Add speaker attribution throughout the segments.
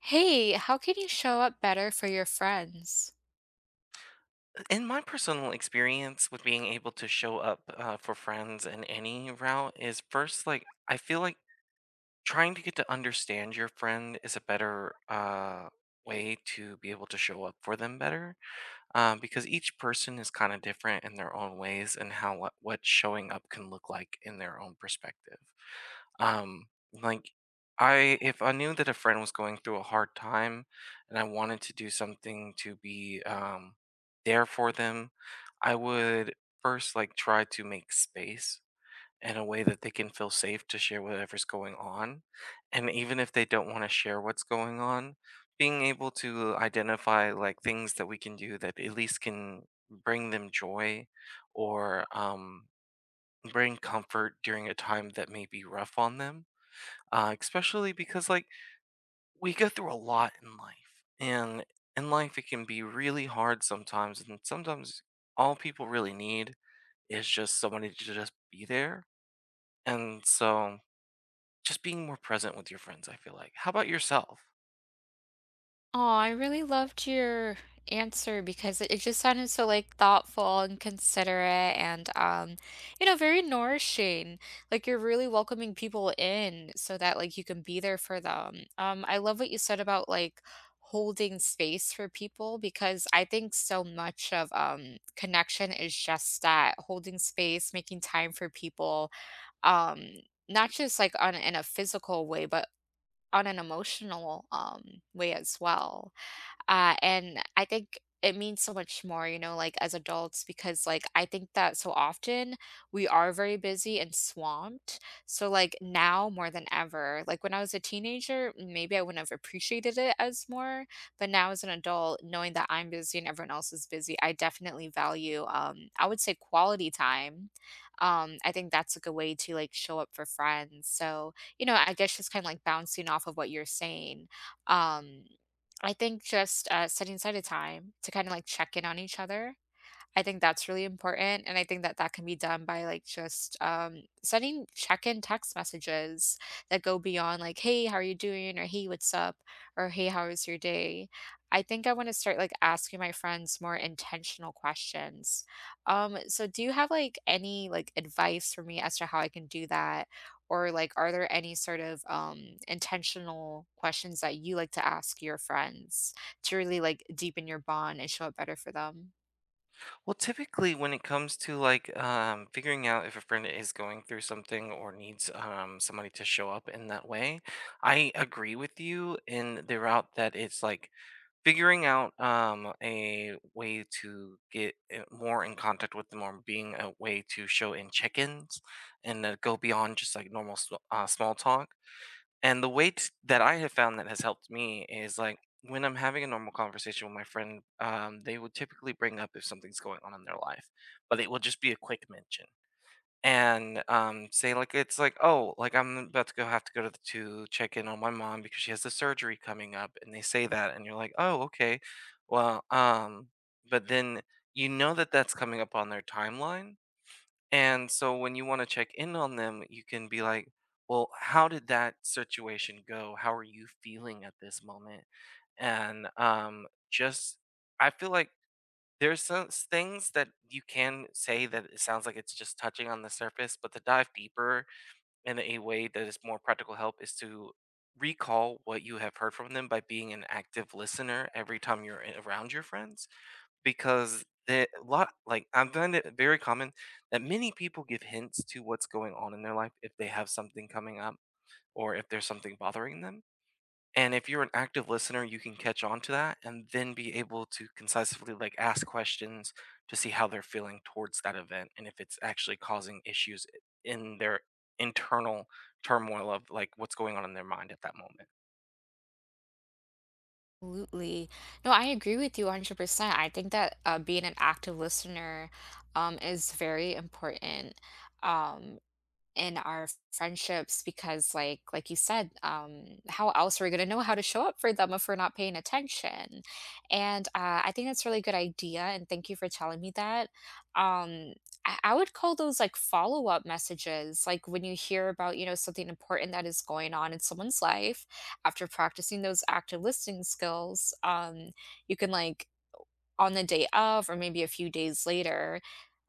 Speaker 1: Hey, how can you show up better for your friends?
Speaker 2: In my personal experience with being able to show up for friends in any route is first like I feel like trying to get to understand your friend is a better way to be able to show up for them better because each person is kind of different in their own ways and how what showing up can look like in their own perspective. Um, like I if I knew that a friend was going through a hard time and I wanted to do something to be there for them, I would first like try to make space in a way that they can feel safe to share whatever's going on. And even if they don't want to share what's going on, being able to identify like things that we can do that at least can bring them joy or bring comfort during a time that may be rough on them especially because like we go through a lot in life, and in life it can be really hard sometimes, and sometimes all people really need is just somebody to just be there. And so just being more present with your friends, I feel like. How about yourself?
Speaker 1: Oh, I really loved your answer because it just sounded so like thoughtful and considerate and you know, very nourishing. Like you're really welcoming people in so that like you can be there for them. I love what you said about like holding space for people because I think so much of connection is just that holding space, making time for people. Um, Not just like on in a physical way, but on an emotional way as well. Uh, and I think it means so much more, you know, like as adults, because like I think that so often we are very busy and swamped. So like now more than ever, like when I was a teenager, maybe I wouldn't have appreciated it as more, but now as an adult, knowing that I'm busy and everyone else is busy, I definitely value I would say quality time. I think that's a good way to like show up for friends. So, you know, I guess just kind of like bouncing off of what you're saying. Um, I think just, setting aside a time to kinda, like, check in on each other. I think that's really important, and I think that that can be done by, like, just, sending check-in text messages that go beyond, like, "Hey, how are you doing?" or "Hey, what's up?" or "Hey, how was your day?" I think I wanna start, like, asking my friends more intentional questions. So do you have, like, any, like, advice for me as to how I can do that? Or, like, are there any sort of, intentional questions that you like to ask your friends to really, like, deepen your bond and show up better for them?
Speaker 2: Well, typically when it comes to like figuring out if a friend is going through something or needs somebody to show up in that way, I agree with you in the route that it's like figuring out a way to get more in contact with them, or being a way to show in check-ins, and go beyond just like normal small talk. And the way that I have found that has helped me is like when I'm having a normal conversation with my friend, they would typically bring up if something's going on in their life, but it will just be a quick mention. And say like it's like, oh, like I'm about to go, have to go to check in on my mom because she has the surgery coming up. And they say that and you're like, oh, okay. Well, but then you know that that's coming up on their timeline. And so when you want to check in on them, you can be like, well, how did that situation go? How are you feeling at this moment? And just, I feel like there's some things that you can say that it sounds like it's just touching on the surface, but to dive deeper in a way that is more practical help is to recall what you have heard from them by being an active listener every time you're around your friends. Because the lot, like, I find it very common that many people give hints to what's going on in their life if they have something coming up or if there's something bothering them. And if you're an active listener, you can catch on to that and then be able to concisely like ask questions to see how they're feeling towards that event and if it's actually causing issues in their internal turmoil of like what's going on in their mind at that moment.
Speaker 1: Absolutely. No, I agree with you 100%. I think that being an active listener is very important. Um, in our friendships because like you said, how else are we going to know how to show up for them if we're not paying attention? And I think that's a really good idea, and thank you for telling me that. um I would call those like follow up messages. Like when you hear about, you know, something important that is going on in someone's life after practicing those active listening skills, you can like on the day of or maybe a few days later,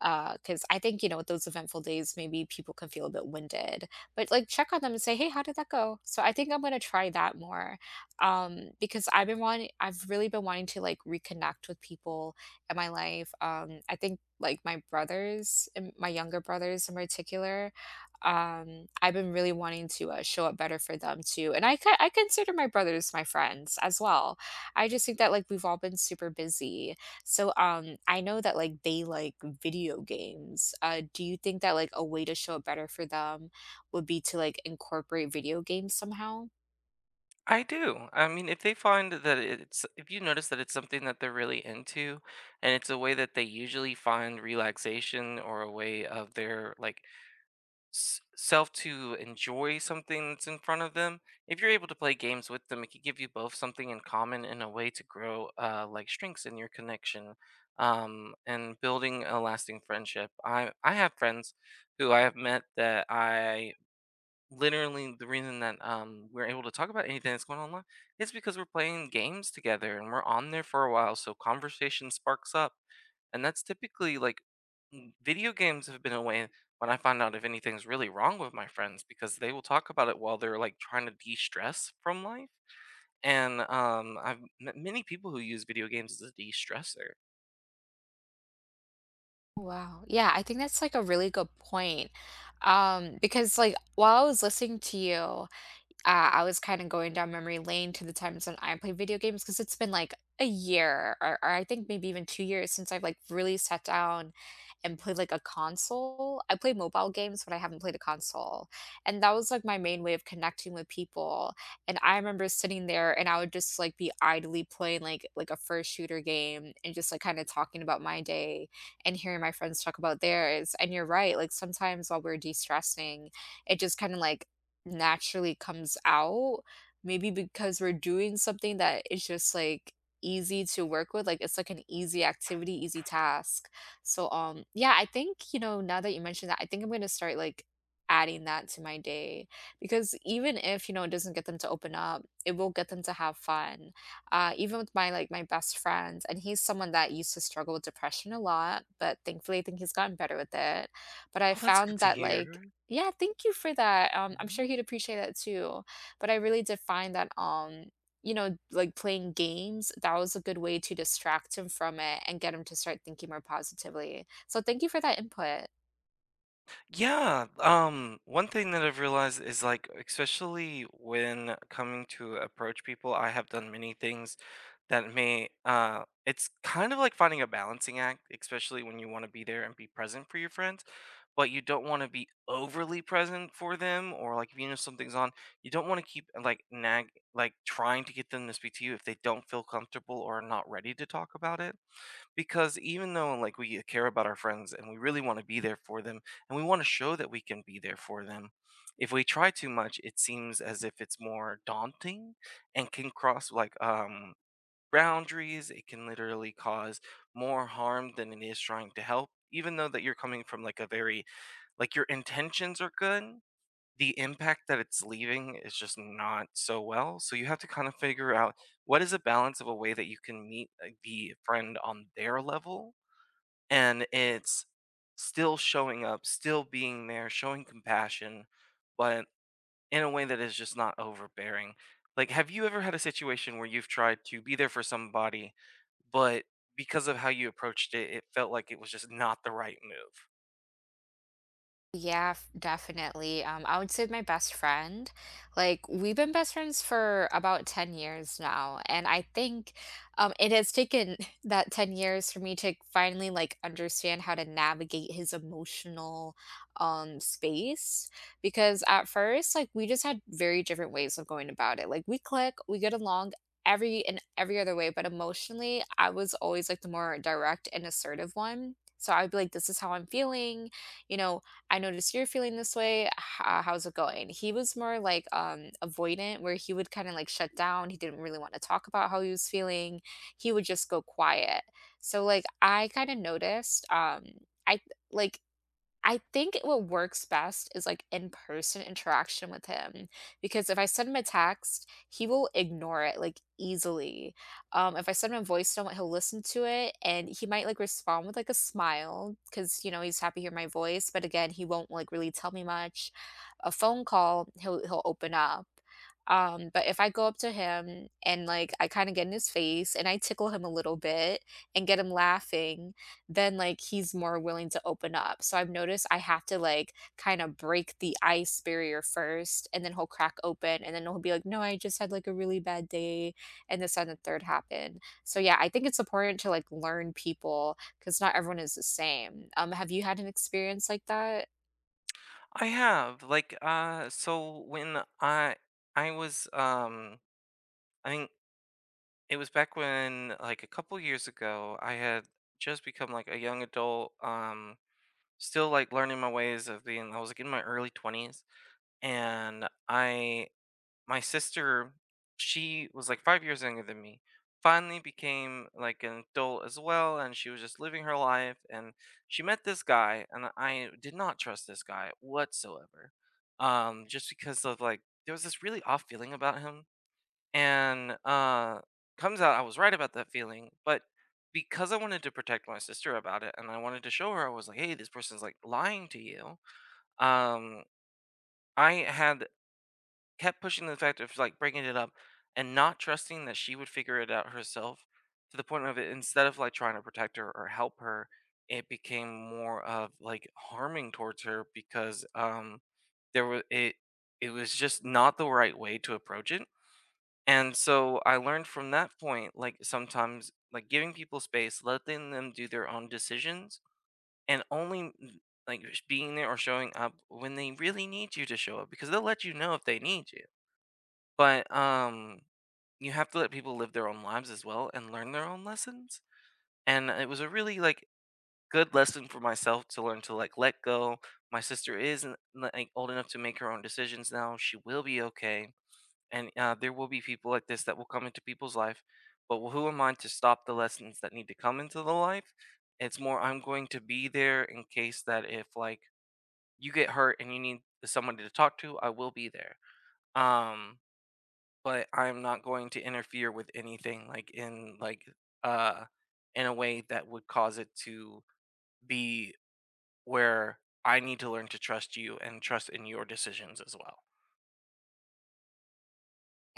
Speaker 1: because I think, you know, with those eventful days, maybe people can feel a bit winded. But, like, check on them and say, "Hey, how did that go?" So I think I'm gonna try that more, because I've really been wanting to, like, reconnect with people in my life. I think, like, my brothers and my younger brothers in particular, I've been really wanting to, show up better for them too, and I consider my brothers my friends as well. I just think that, like, we've all been super busy. So, I know that like they like video games. Do you think that like a way to show it better for them would be to like incorporate video games somehow?
Speaker 2: I do. I mean, if they find that it's, if you notice that it's something that they're really into and it's a way that they usually find relaxation or a way of their like self to enjoy something that's in front of them, if you're able to play games with them it could give you both something in common and a way to grow like strengths in your connection and building a lasting friendship. I have friends who I have met that I literally, the reason that we're able to talk about anything that's going on in life is because we're playing games together and we're on there for a while, so conversation sparks up. And that's typically like, video games have been a way when I find out if anything's really wrong with my friends because they will talk about it while they're like trying to de-stress from life. And I've met many people who use video games as a de-stressor.
Speaker 1: Wow. Yeah, I think that's like a really good point. Because like while I was listening to you, I was kind of going down memory lane to the times when I played video games because it's been like a year or I think maybe even 2 years since I've like really sat down and played like a console. I play mobile games, but I haven't played a console. And that was like my main way of connecting with people. And I remember sitting there, and I would just like be idly playing like a first shooter game and just like kind of talking about my day and hearing my friends talk about theirs. And you're right, like sometimes while we're de-stressing, it just kind of like naturally comes out. Maybe because we're doing something that is just like easy to work with. Like it's like an easy activity, easy task. So yeah, I think, you know, now that you mentioned that, I think I'm gonna start like adding that to my day, because even if you know it doesn't get them to open up, it will get them to have fun. Even with my like my best friend, and he's someone that used to struggle with depression a lot, but thankfully I think he's gotten better with it, but I
Speaker 2: Oh, that's good
Speaker 1: found
Speaker 2: to
Speaker 1: that like
Speaker 2: hear.
Speaker 1: yeah, thank you for that. I'm sure
Speaker 2: Mm-hmm.
Speaker 1: he'd appreciate that too. But I really did find that, you know, like playing games, that was a good way to distract him from it and get him to start thinking more positively. So thank you for that input.
Speaker 2: Yeah, one thing that I've realized is like, especially when coming to approach people, I have done many things that it's kind of like finding a balancing act, especially when you want to be there and be present for your friends, but you don't want to be overly present for them, or like if you know something's on, you don't want to keep like like trying to get them to speak to you if they don't feel comfortable or are not ready to talk about it. Because even though like we care about our friends and we really want to be there for them and we want to show that we can be there for them, if we try too much, it seems as if it's more daunting and can cross like boundaries. It can literally cause more harm than it is trying to help. Even though that you're coming from like a very like your intentions are good, the impact that it's leaving is just not so well. So you have to kind of figure out what is a balance of a way that you can meet the friend on their level, and it's still showing up, still being there, showing compassion, but in a way that is just not overbearing. Like, have you ever had a situation where you've tried to be there for somebody, but because of how you approached it, it felt like it was just not the right move?
Speaker 1: Definitely. I would say my best friend. Like, we've been best friends for about 10 years now, and I think it has taken that 10 years for me to finally like understand how to navigate his emotional space, because at first, like we just had very different ways of going about it. Like we click, we get along every in every other way, but emotionally, I was always like the more direct and assertive one. So I'd be like, this is how I'm feeling, you know, I noticed you're feeling this way. How's it going? He was more like avoidant, where he would kind of like shut down. He didn't really want to talk about how he was feeling. He would just go quiet. So like I kind of noticed. I like I think what works best is like in person interaction with him, because if I send him a text, he will ignore it like easily. If I send him a voice note, he'll listen to it and he might like respond with like a smile because you know he's happy to hear my voice. But again, he won't like really tell me much. A phone call, he'll open up. But if I go up to him and like I kind of get in his face and I tickle him a little bit and get him laughing, then like he's more willing to open up. So I've noticed I have to like kind of break the ice barrier first, and then he'll crack open, and then he'll be like, no, I just had like a really bad day and this and the third happened. So yeah, I think it's important to like learn people because not everyone is the same. Have you had an experience like that?
Speaker 2: I have. Like, so when I was, I think it was back when, like, a couple years ago, I had just become like a young adult. Still like learning my ways of being, I was like in my early 20s. And I my sister, she was like 5 years younger than me, finally became like an adult as well, and she was just living her life and she met this guy, and I did not trust this guy whatsoever, just because of like there was this really off feeling about him. And comes out I was right about that feeling. But because I wanted to protect my sister about it and I wanted to show her, I was like, hey, this person's like lying to you. um I had kept pushing the fact of like bringing it up and not trusting that she would figure it out herself, to the point of it, instead of like trying to protect her or help her, it became more of like harming towards her because there was it it was just not the right way to approach it. And so I learned from that point, like sometimes like giving people space, letting them do their own decisions, and only like being there or showing up when they really need you to show up, because they'll let you know if they need you. But you have to let people live their own lives as well and learn their own lessons. And it was a really like good lesson for myself to learn to like let go. My sister is like old enough to make her own decisions now. She will be okay, and there will be people like this that will come into people's life, but who am I to stop the lessons that need to come into the life? It's more, I'm going to be there in case that if like you get hurt and you need somebody to talk to, I will be there. um but I'm not going to interfere with anything like uh in a way that would cause it to be, where I need to learn to trust you and trust in your decisions as well.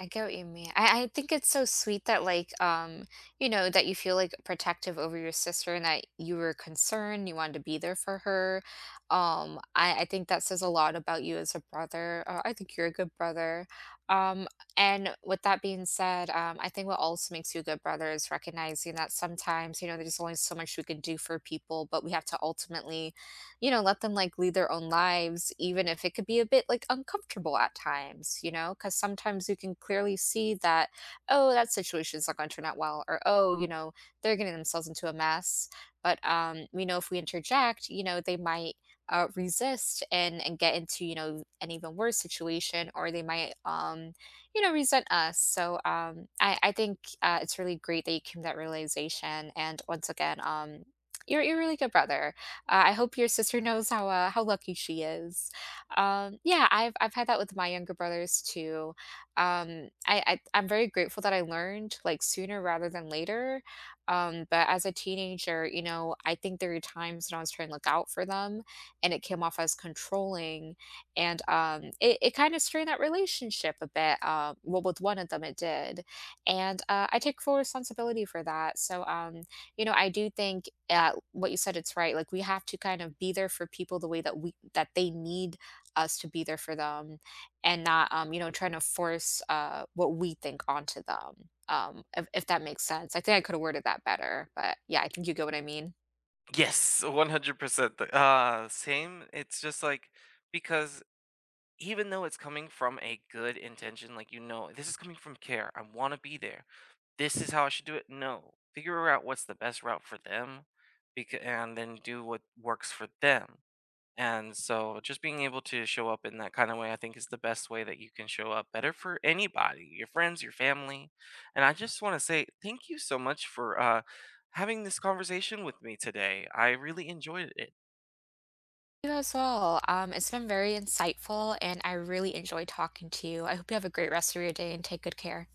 Speaker 1: I get what you mean. I think it's so sweet that like you know that you feel like protective over your sister and that you were concerned, you wanted to be there for her. I think that says a lot about you as a brother. I think you're a good brother. Um and with that being said, I think what also makes you a good brother is recognizing that sometimes, you know, there's only so much we can do for people, but we have to ultimately, you know, let them like lead their own lives, even if it could be a bit like uncomfortable at times, you know, because sometimes you can clearly see that, oh, that situation's not going to turn out well, or oh, you know, they're getting themselves into a mess. But we know if we interject, you know, they might resist and get into you know an even worse situation, or they might you know resent us. So I think it's really great that you came to that realization. And once again, you're a really good brother. I hope your sister knows how lucky she is. Yeah, I've had that with my younger brothers too. I'm very grateful that I learned like sooner rather than later. But as a teenager, you know, I think there were times when I was trying to look out for them, and it came off as controlling, and it kind of strained that relationship a bit. Well, with one of them, it did, and I take full responsibility for that. So you know, I do think what you said, it's right. Like we have to kind of be there for people the way that we that they need us to be there for them, and not you know trying to force what we think onto them. If that makes sense. I think I could have worded that better, but yeah, I think you get what I mean.
Speaker 2: Yes, 100%. The same. It's just like, because even though it's coming from a good intention, like, you know, this is coming from care. I want to be there. This is how I should do it. No, figure out what's the best route for them, because and then do what works for them. And so just being able to show up in that kind of way, I think is the best way that you can show up better for anybody, your friends, your family. And I just want to say thank you so much for having this conversation with me today. I really enjoyed it.
Speaker 1: You as well. It's been very insightful, and I really enjoy talking to you. I hope you have a great rest of your day and take good care.